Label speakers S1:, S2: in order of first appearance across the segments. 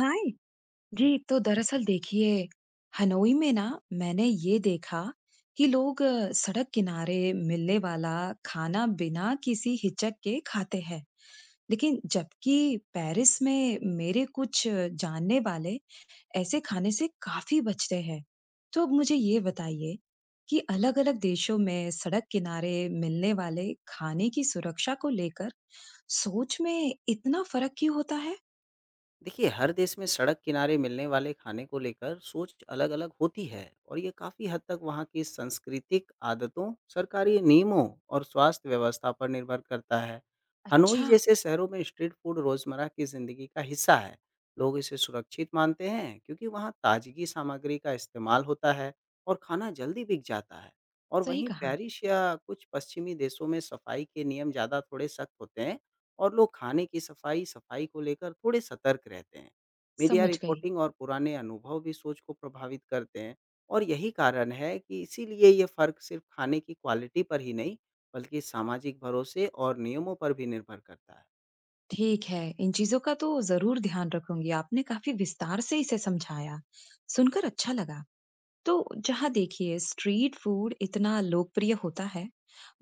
S1: हाय जी। तो दरअसल देखिए, हनोई में ना मैंने ये देखा कि लोग सड़क किनारे मिलने वाला खाना बिना किसी हिचक के खाते हैं, लेकिन जबकि पेरिस में मेरे कुछ जानने वाले ऐसे खाने से काफी बचते हैं। तो अब मुझे ये बताइए कि अलग-अलग देशों में सड़क किनारे मिलने वाले खाने की सुरक्षा को लेकर सोच में इतना फर्क क्यों होता है।
S2: देखिए, हर देश में सड़क किनारे मिलने वाले खाने को लेकर सोच अलग-अलग होती है और ये काफ़ी हद तक वहाँ की सांस्कृतिक आदतों, सरकारी नियमों और स्वास्थ्य व्यवस्था पर निर्भर करता है। हनोई
S1: अच्छा।
S2: जैसे शहरों में स्ट्रीट फूड रोज़मर्रा की ज़िंदगी का हिस्सा है। लोग इसे सुरक्षित मानते हैं क्योंकि वहाँ ताज़गी सामग्री का इस्तेमाल होता है और खाना जल्दी बिक जाता है। और
S1: सही
S2: वहीं
S1: कहा।
S2: पेरिस या कुछ पश्चिमी देशों में सफाई के नियम ज़्यादा थोड़े सख्त होते हैं और लोग खाने की सफाई, सफाई को लेकर थोड़े सतर्क रहते हैं। मीडिया
S1: समझ गई।
S2: रिपोर्टिंग और पुराने अनुभव भी सोच को प्रभावित करते हैं और यही कारण है कि इसीलिए ये फ़र्क सिर्फ खाने की क्वालिटी पर ही नहीं, बल्कि सामाजिक भरोसे और नियमों पर भी निर्भर करता है।
S1: ठीक है, इन चीज़ों का तो ज़रूर ध्यान रखूंगी। आपने काफ़ी विस्तार से इसे समझाया, सुनकर अच्छा लगा। तो जहाँ देखिए स्ट्रीट फूड इतना लोकप्रिय होता है,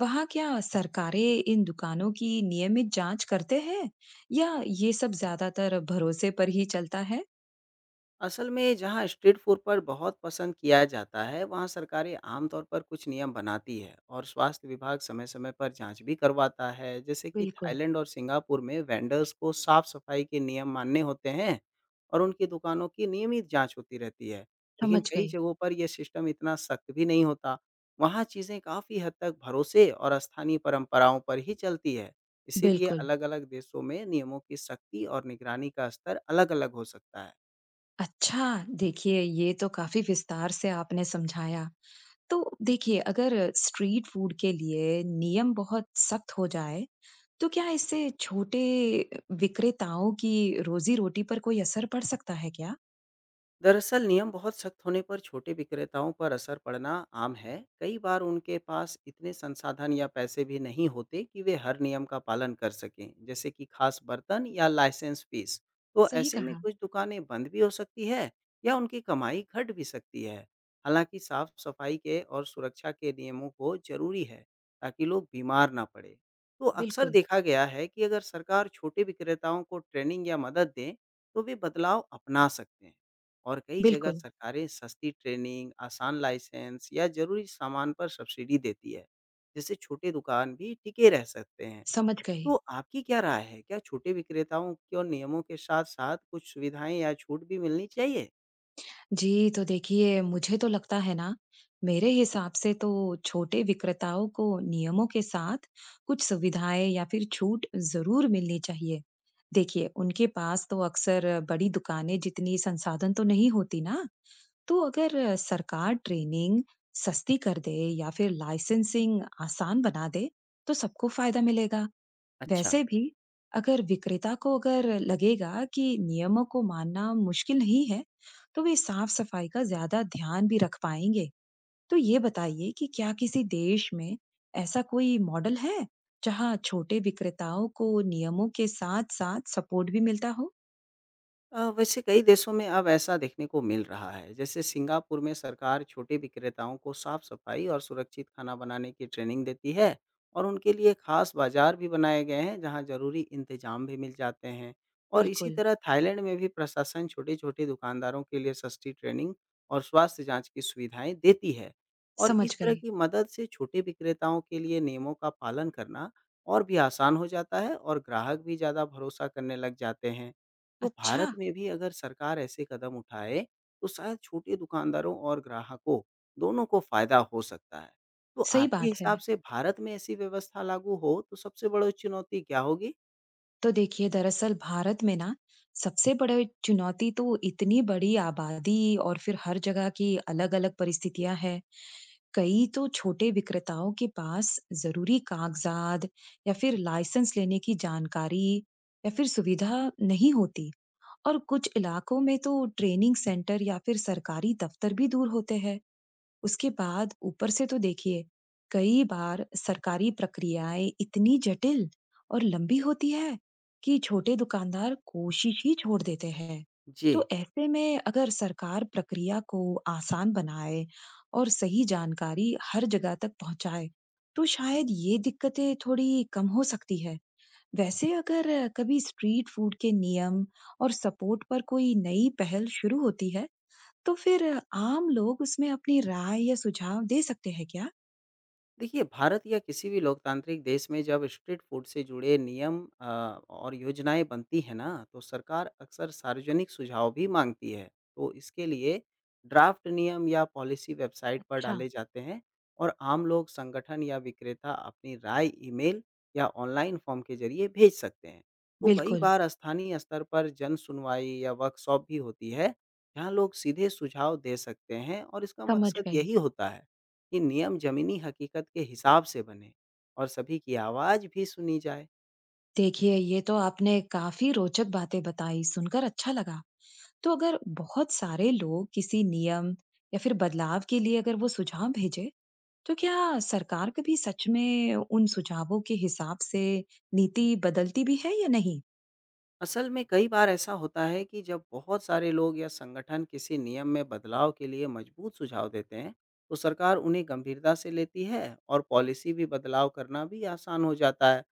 S1: वहाँ क्या सरकारें इन दुकानों की नियमित जांच करते हैं या ये सब ज़्यादातर भरोसे पर ही चलता है?
S2: असल में जहां स्ट्रीट फूड पर बहुत पसंद किया जाता है, वहां सरकारें आमतौर पर कुछ नियम बनाती है और स्वास्थ्य विभाग समय-समय पर जांच भी करवाता है। जैसे कि
S1: बिल्कुल।
S2: थाईलैंड और सिंगापुर में वेंडर्स को साफ सफाई के नियम मानने होते हैं और उनकी दुकानों की नियमित जांच होती रहती है। लेकिन
S1: समझ
S2: कई
S1: गई।
S2: जगहों पर यह सिस्टम इतना सख्त भी नहीं होता। वहां चीजें काफी हद तक भरोसे और स्थानीय परंपराओं पर ही चलती है। इसीलिए
S1: बिल्कुल।
S2: अलग-अलग देशों में नियमों की सख्ती और निगरानी का स्तर अलग-अलग हो सकता है।
S1: अच्छा, देखिए ये तो काफ़ी विस्तार से आपने समझाया। तो देखिए, अगर स्ट्रीट फूड के लिए नियम बहुत सख्त हो जाए, तो क्या इससे छोटे विक्रेताओं की रोज़ी-रोटी पर कोई असर पड़ सकता है क्या?
S2: दरअसल नियम बहुत सख्त होने पर छोटे विक्रेताओं पर असर पड़ना आम है। कई बार उनके पास इतने संसाधन या पैसे भी नहीं होते कि वे हर नियम का पालन कर सकें, जैसे कि खास बर्तन या लाइसेंस फीस। तो
S1: सही
S2: ऐसे में
S1: कहा।
S2: कुछ दुकानें बंद भी हो सकती है या उनकी कमाई घट भी सकती है। हालांकि साफ सफाई के और सुरक्षा के नियमों को जरूरी है ताकि लोग बीमार ना पड़े। तो अक्सर
S1: बिल्कुल,
S2: देखा गया है कि अगर सरकार छोटे विक्रेताओं को ट्रेनिंग या मदद दें तो वे बदलाव अपना सकते हैं। और कई जगह
S1: बिल्कुल,
S2: सरकारें सस्ती ट्रेनिंग, आसान लाइसेंस या ज़रूरी सामान पर सब्सिडी देती है, जिससे छोटे दुकान भी टिके रह सकते हैं।
S1: समझ गई।
S2: तो आपकी क्या राय है? क्या छोटे विक्रेताओं को नियमों के साथ-साथ कुछ सुविधाएँ या छूट भी मिलनी चाहिए?
S1: जी, तो देखिए मुझे तो लगता है ना, मेरे हिसाब से तो छोटे विक्रेताओं को नियमों के साथ कुछ सुविधाएँ या फिर छूट ज़रूर मिलनी चाहिए। देखिए, उनके पास तो अक्सर बड़ी दुकानें जितनी संसाधन तो नहीं होती ना। तो अगर सरकार ट्रेनिंग सस्ती कर दे या फिर लाइसेंसिंग आसान बना दे तो सबको फायदा मिलेगा।
S2: अच्छा।
S1: वैसे भी अगर विक्रेता को अगर लगेगा कि नियमों को मानना मुश्किल नहीं है तो वे साफ सफाई का ज्यादा ध्यान भी रख पाएंगे। तो ये बताइए कि क्या किसी देश में ऐसा कोई मॉडल है जहाँ छोटे विक्रेताओं को नियमों के साथ साथ सपोर्ट भी मिलता हो?
S2: वैसे कई देशों में अब ऐसा देखने को मिल रहा है। जैसे सिंगापुर में सरकार छोटे विक्रेताओं को साफ-सफाई और सुरक्षित खाना बनाने की ट्रेनिंग देती है और उनके लिए खास बाज़ार भी बनाए गए हैं, जहाँ ज़रूरी इंतज़ाम भी मिल जाते हैं। और इसी
S1: बिल्कुल।
S2: तरह थाईलैंड में भी प्रशासन छोटे-छोटे दुकानदारों के लिए सस्ती ट्रेनिंग और स्वास्थ्य जाँच की सुविधाएँ देती है। और
S1: समझ
S2: इस तरह
S1: गई।
S2: की मदद से छोटे विक्रेताओं के लिए नियमों का पालन करना और भी आसान हो जाता है और ग्राहक भी ज़्यादा भरोसा करने लग जाते हैं। तो
S1: अच्छा।
S2: भारत में भी अगर सरकार ऐसे कदम उठाए, तो शायद छोटे दुकानदारों और ग्राहकों दोनों को फ़ायदा हो सकता है। तो
S1: सही
S2: आपके
S1: बात
S2: हिसाब
S1: है।
S2: से भारत में ऐसी व्यवस्था लागू हो, तो सबसे बड़ी चुनौती क्या होगी?
S1: तो देखिए दरअसल भारत में ना सबसे बड़ी चुनौती तो इतनी बड़ी आबादी और फिर हर जगह की अलग-अलग परिस्थितियां हैं। कई तो छोटे विक्रेताओं के पास जरूरी कागजात या फिर लाइसेंस लेने की जानकारी या फिर सुविधा नहीं होती, और कुछ इलाकों में तो ट्रेनिंग सेंटर या फिर सरकारी दफ्तर भी दूर होते हैं। उसके बाद ऊपर से तो देखिए कई बार सरकारी प्रक्रियाएं इतनी जटिल और लंबी होती है कि छोटे दुकानदार कोशिश ही छोड़ देते हैं।
S2: जी।
S1: तो ऐसे में अगर सरकार प्रक्रिया को आसान बनाए और सही जानकारी हर जगह तक पहुंचाए तो शायद ये दिक्कतें थोड़ी कम हो सकती है। वैसे अगर कभी स्ट्रीट फूड के नियम और सपोर्ट पर कोई नई पहल शुरू होती है तो फिर आम लोग उसमें अपनी राय या सुझाव दे सकते हैं क्या?
S2: देखिए, भारत या किसी भी लोकतांत्रिक देश में जब स्ट्रीट फूड से जुड़े नियम और योजनाएँ बनती हैं ना, तो सरकार अक्सर सार्वजनिक सुझाव भी माँगती है। तो इसके लिए ड्राफ्ट नियम या पॉलिसी वेबसाइट पर
S1: अच्छा।
S2: डाले जाते हैं और आम लोग, संगठन या विक्रेता अपनी राय ईमेल या ऑनलाइन फॉर्म के ज़रिए भेज सकते हैं। तो कई
S1: बिल्कुल।
S2: बार स्थानीय स्तर पर जन सुनवाई या वर्कशॉप भी होती है, जहाँ लोग सीधे सुझाव दे सकते हैं और इसका
S1: समझ
S2: मकसद
S1: गई।
S2: यही होता है कि नियम ज़मीनी हकीकत के हिसाब से बने और सभी की आवाज़ भी सुनी जाए।
S1: देखिए ये तो आपने काफी रोचक बातें बताई, सुनकर अच्छा लगा। तो अगर बहुत सारे लोग किसी नियम या फिर बदलाव के लिए अगर वो सुझाव भेजे तो क्या सरकार कभी सच में उन सुझावों के हिसाब से नीति बदलती भी है या नहीं?
S2: असल में कई बार ऐसा होता है कि जब बहुत सारे लोग या संगठन किसी नियम में बदलाव के लिए मजबूत सुझाव देते हैं, तो सरकार उन्हें गंभीरता से लेती है और पॉलिसी भी बदलाव करना भी आसान हो जाता है।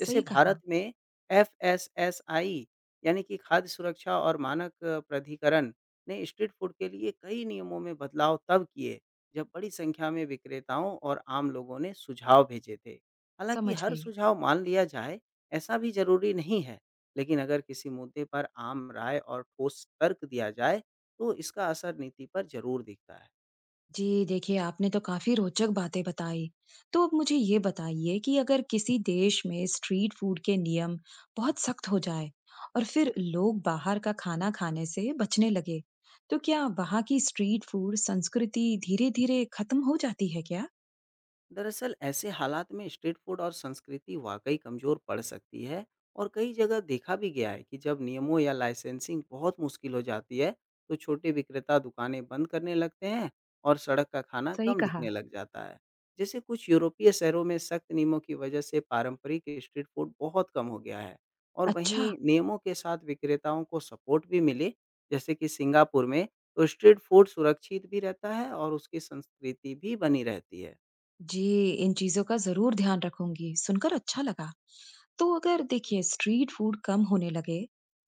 S2: जैसे
S1: सही कहा।
S2: भारत में एफएसएसआई यानी कि खाद्य सुरक्षा और मानक प्राधिकरण ने स्ट्रीट फूड के लिए कई नियमों में बदलाव तब किए, जब बड़ी संख्या में विक्रेताओं और आम लोगों ने सुझाव भेजे थे। हालांकि
S1: समझ
S2: हर
S1: गई।
S2: सुझाव मान लिया जाए, ऐसा भी जरूरी नहीं है, लेकिन अगर किसी मुद्दे पर आम राय और ठोस तर्क दिया जाए, तो इसका असर नीति पर ज़रूर दिखता है।
S1: जी, देखिए आपने तो काफ़ी रोचक बातें बताई। तो अब मुझे ये बताइए कि अगर किसी देश में स्ट्रीट फूड के नियम बहुत सख्त हो जाए और फिर लोग बाहर का खाना खाने से बचने लगे, तो क्या वहाँ की स्ट्रीट फूड संस्कृति धीरे-धीरे खत्म हो जाती है क्या?
S2: दरअसल ऐसे हालात में स्ट्रीट फूड और संस्कृति वाकई कमजोर पड़ सकती है और कई जगह देखा भी गया है कि जब नियमों या लाइसेंसिंग बहुत मुश्किल हो जाती है, तो छोटे विक्रेता दुकानें बंद करने लगते हैं और सड़क का खाना
S1: सही
S2: कम
S1: कहा।
S2: दिखने लग जाता है। जैसे कुछ यूरोपीय शहरों में सख्त नियमों की वजह से पारंपरिक स्ट्रीट फूड बहुत कम हो गया है और
S1: अच्छा।
S2: वहीं नियमों के साथ विक्रेताओं को सपोर्ट भी मिले, जैसे कि सिंगापुर में, तो स्ट्रीट फूड सुरक्षित भी रहता है और उसकी संस्कृति भी बनी रहती है।
S1: जी, इन चीज़ों का ज़रूर ध्यान रखूंगी। सुनकर अच्छा लगा। तो अगर देखिए स्ट्रीट फूड कम होने लगे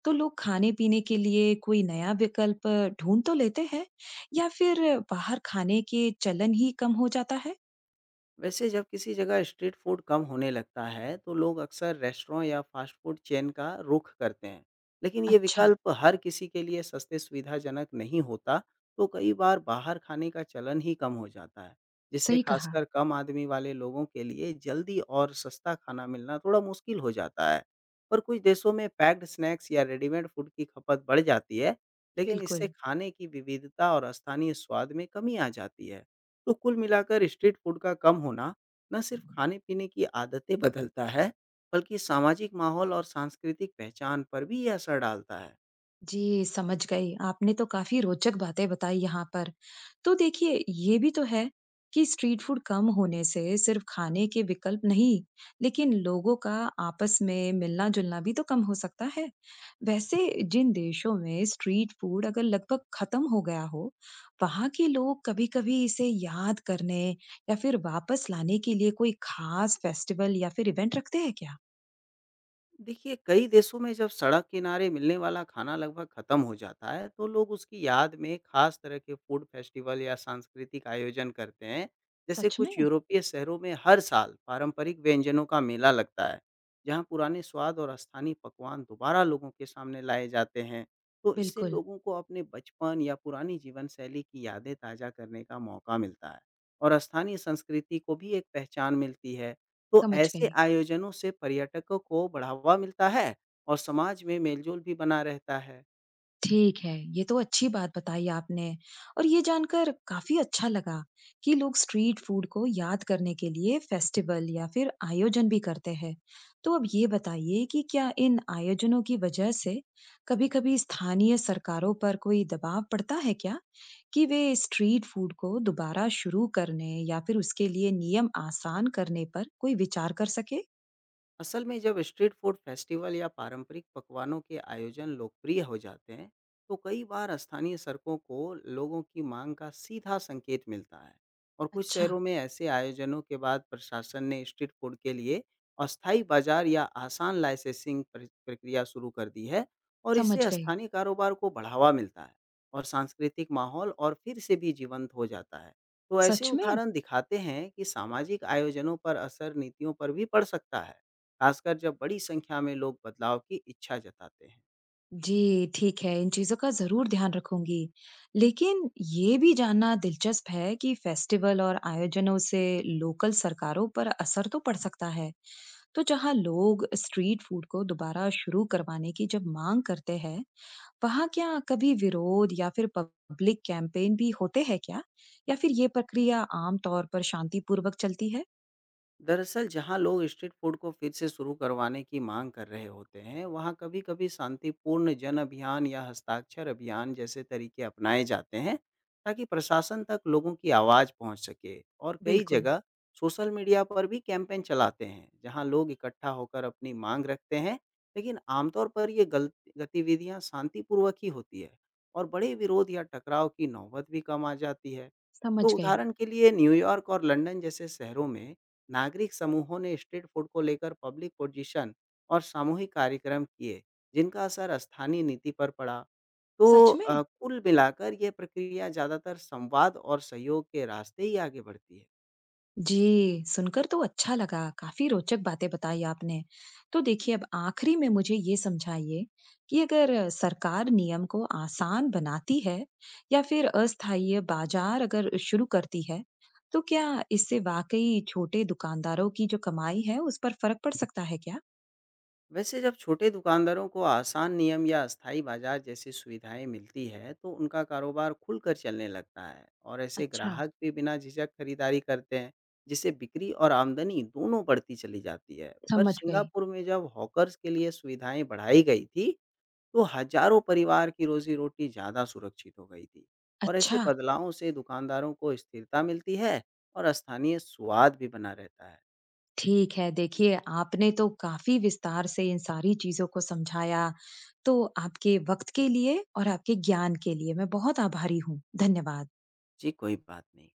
S1: तो लोग खाने पीने के लिए कोई नया विकल्प ढूंढ तो लेते हैं या फिर बाहर खाने के चलन ही कम हो जाता है?
S2: वैसे जब किसी जगह स्ट्रीट फूड कम होने लगता है, तो लोग अक्सर रेस्टोरेंट या फास्ट फूड चेन का रुख करते हैं, लेकिन ये
S1: अच्छा।
S2: विकल्प हर किसी के लिए सस्ते सुविधाजनक नहीं होता। तो कई बार बाहर खाने का चलन ही कम हो जाता है, जिससे
S1: सही कहा।
S2: खासकर कम आदमी वाले लोगों के लिए जल्दी और सस्ता खाना मिलना थोड़ा मुश्किल हो जाता है। पर कुछ देशों में पैक्ड स्नैक्स या रेडीमेड फूड की खपत बढ़ जाती है, लेकिन इससे
S1: बिल्कुल।
S2: खाने की विविधता और स्थानीय स्वाद में कमी आ जाती है। तो कुल मिलाकर स्ट्रीट फूड का कम होना न सिर्फ खाने-पीने की आदतें बदलता है, बल्कि सामाजिक माहौल और सांस्कृतिक पहचान पर भी ये असर डालता है।
S1: जी, समझ गई। आपने तो काफ़ी रोचक बातें बताई यहाँ पर। तो देखिए, ये भी तो है कि स्ट्रीट फूड कम होने से सिर्फ खाने के विकल्प नहीं, लेकिन लोगों का आपस में मिलना-जुलना भी तो कम हो सकता है। वैसे जिन देशों में स्ट्रीट फूड अगर लगभग खत्म हो गया हो, वहाँ के लोग कभी-कभी इसे याद करने या फिर वापस लाने के लिए कोई खास फेस्टिवल या फिर इवेंट रखते हैं क्या?
S2: देखिए, कई देशों में जब सड़क किनारे मिलने वाला खाना लगभग खत्म हो जाता है, तो लोग उसकी याद में खास तरह के फूड फेस्टिवल या सांस्कृतिक आयोजन करते हैं। जैसे
S1: सच
S2: कुछ
S1: में?
S2: यूरोपीय शहरों में हर साल पारंपरिक व्यंजनों का मेला लगता है, जहाँ पुराने स्वाद और स्थानीय पकवान दोबारा लोगों के सामने लाए जाते हैं। तो इससे
S1: बिल्कुल,
S2: लोगों को अपने बचपन या पुरानी जीवन शैली की यादें ताज़ा करने का मौका मिलता है और स्थानीय संस्कृति को भी एक पहचान मिलती है। तो
S1: समझ
S2: ऐसे
S1: गई।
S2: आयोजनों से पर्यटकों को बढ़ावा मिलता है और समाज में मेलजोल भी बना रहता है।
S1: ठीक है, ये तो अच्छी बात बताई आपने और ये जानकर काफ़ी अच्छा लगा कि लोग स्ट्रीट फूड को याद करने के लिए फेस्टिवल या फिर आयोजन भी करते हैं। तो अब ये बताइए कि क्या इन आयोजनों की वजह से कभी-कभी स्थानीय सरकारों पर कोई दबाव पड़ता है क्या? कि वे स्ट्रीट फूड को दोबारा शुरू करने या फिर उसके लिए नियम आसान करने पर कोई विचार कर सके?
S2: असल में जब स्ट्रीट फूड फेस्टिवल या पारंपरिक पकवानों के आयोजन लोकप्रिय हो जाते हैं, तो कई बार स्थानीय सड़कों को लोगों की मांग का सीधा संकेत मिलता है और कुछ
S1: अच्छा,
S2: शहरों में ऐसे आयोजनों के बाद प्रशासन ने स्ट्रीट फूड के लिए अस्थायी बाजार या आसान लाइसेंसिंग प्रक्रिया शुरू कर दी है और
S1: समझ
S2: इससे
S1: गई।
S2: स्थानीय कारोबार को बढ़ावा मिलता है और सांस्कृतिक माहौल और फिर से भी जीवंत हो जाता है। तो ऐसे
S1: सच में?
S2: उदाहरण दिखाते हैं कि सामाजिक आयोजनों पर असर नीतियों पर भी पड़ सकता है, खासकर जब बड़ी संख्या में लोग बदलाव की इच्छा जताते हैं।
S1: जी, ठीक है, इन चीज़ों का ज़रूर ध्यान रखूँगी। लेकिन ये भी जानना दिलचस्प है कि फेस्टिवल और आयोजनों से लोकल सरकारों पर असर तो पड़ सकता है। तो जहाँ लोग स्ट्रीट फूड को दोबारा शुरू करवाने की जब माँग करते हैं, वहाँ क्या कभी विरोध या फिर पब्लिक कैंपेन भी होते हैं क्या? या फिर ये प्रक्रिया आम तौर पर शांतिपूर्वक चलती है?
S2: दरअसल जहां लोग स्ट्रीट फूड को फिर से शुरू करवाने की मांग कर रहे होते हैं, वहां कभी-कभी शांतिपूर्ण जन अभियान या हस्ताक्षर अभियान जैसे तरीके अपनाए जाते हैं, ताकि प्रशासन तक लोगों की आवाज पहुंच सके और कई
S1: बिल्कुल,
S2: जगह सोशल मीडिया पर भी कैंपेन चलाते हैं, जहां लोग इकट्ठा होकर अपनी मांग रखते हैं। लेकिन आमतौर पर ये गतिविधियां शांतिपूर्वक ही होती है और बड़े विरोध या टकराव की नौबत भी कम आ जाती है।
S1: समझ
S2: तो
S1: गई।
S2: उदाहरण के लिए न्यूयॉर्क और लंदन जैसे शहरों में नागरिक समूहों ने स्ट्रीट फूड को लेकर पब्लिक पोजिशन और सामूहिक कार्यक्रम किए, जिनका असर स्थानीय नीति पर पड़ा। तो
S1: सच में।
S2: कुल मिलाकर यह प्रक्रिया ज़्यादातर संवाद और सहयोग के रास्ते ही आगे बढ़ती है।
S1: जी, सुनकर तो अच्छा लगा, काफ़ी रोचक बातें बताई आपने। तो देखिए, अब आखिरी में मुझे ये समझाइए कि अगर सरकार नियम को आसान बनाती है या फिर अस्थायी बाजार अगर शुरू करती है, तो क्या इससे वाकई छोटे दुकानदारों की जो कमाई है, उस पर फर्क पड़ सकता है क्या?
S2: वैसे जब छोटे दुकानदारों को आसान नियम या अस्थायी बाजार जैसी सुविधाएं मिलती है, तो उनका कारोबार खुलकर चलने लगता है और ऐसे
S1: अच्छा।
S2: ग्राहक भी बिना झिझक खरीदारी करते हैं, जिससे बिक्री और आमदनी दोनों बढ़ती चली जाती है। पर
S1: समझ गई।
S2: सिंगापुर में जब हॉकर्स के लिए सुविधाएं बढ़ाई गई थी, तो हजारों परिवार की रोजी रोटी ज़्यादा सुरक्षित हो गई थी। और ऐसे
S1: अच्छा।
S2: बदलावों से दुकानदारों को स्थिरता मिलती है और स्थानीय स्वाद भी बना रहता है।
S1: ठीक है, देखिए आपने तो काफ़ी विस्तार से इन सारी चीज़ों को समझाया, तो आपके वक़्त के लिए और आपके ज्ञान के लिए मैं बहुत आभारी हूँ। धन्यवाद।
S2: जी, कोई बात नहीं।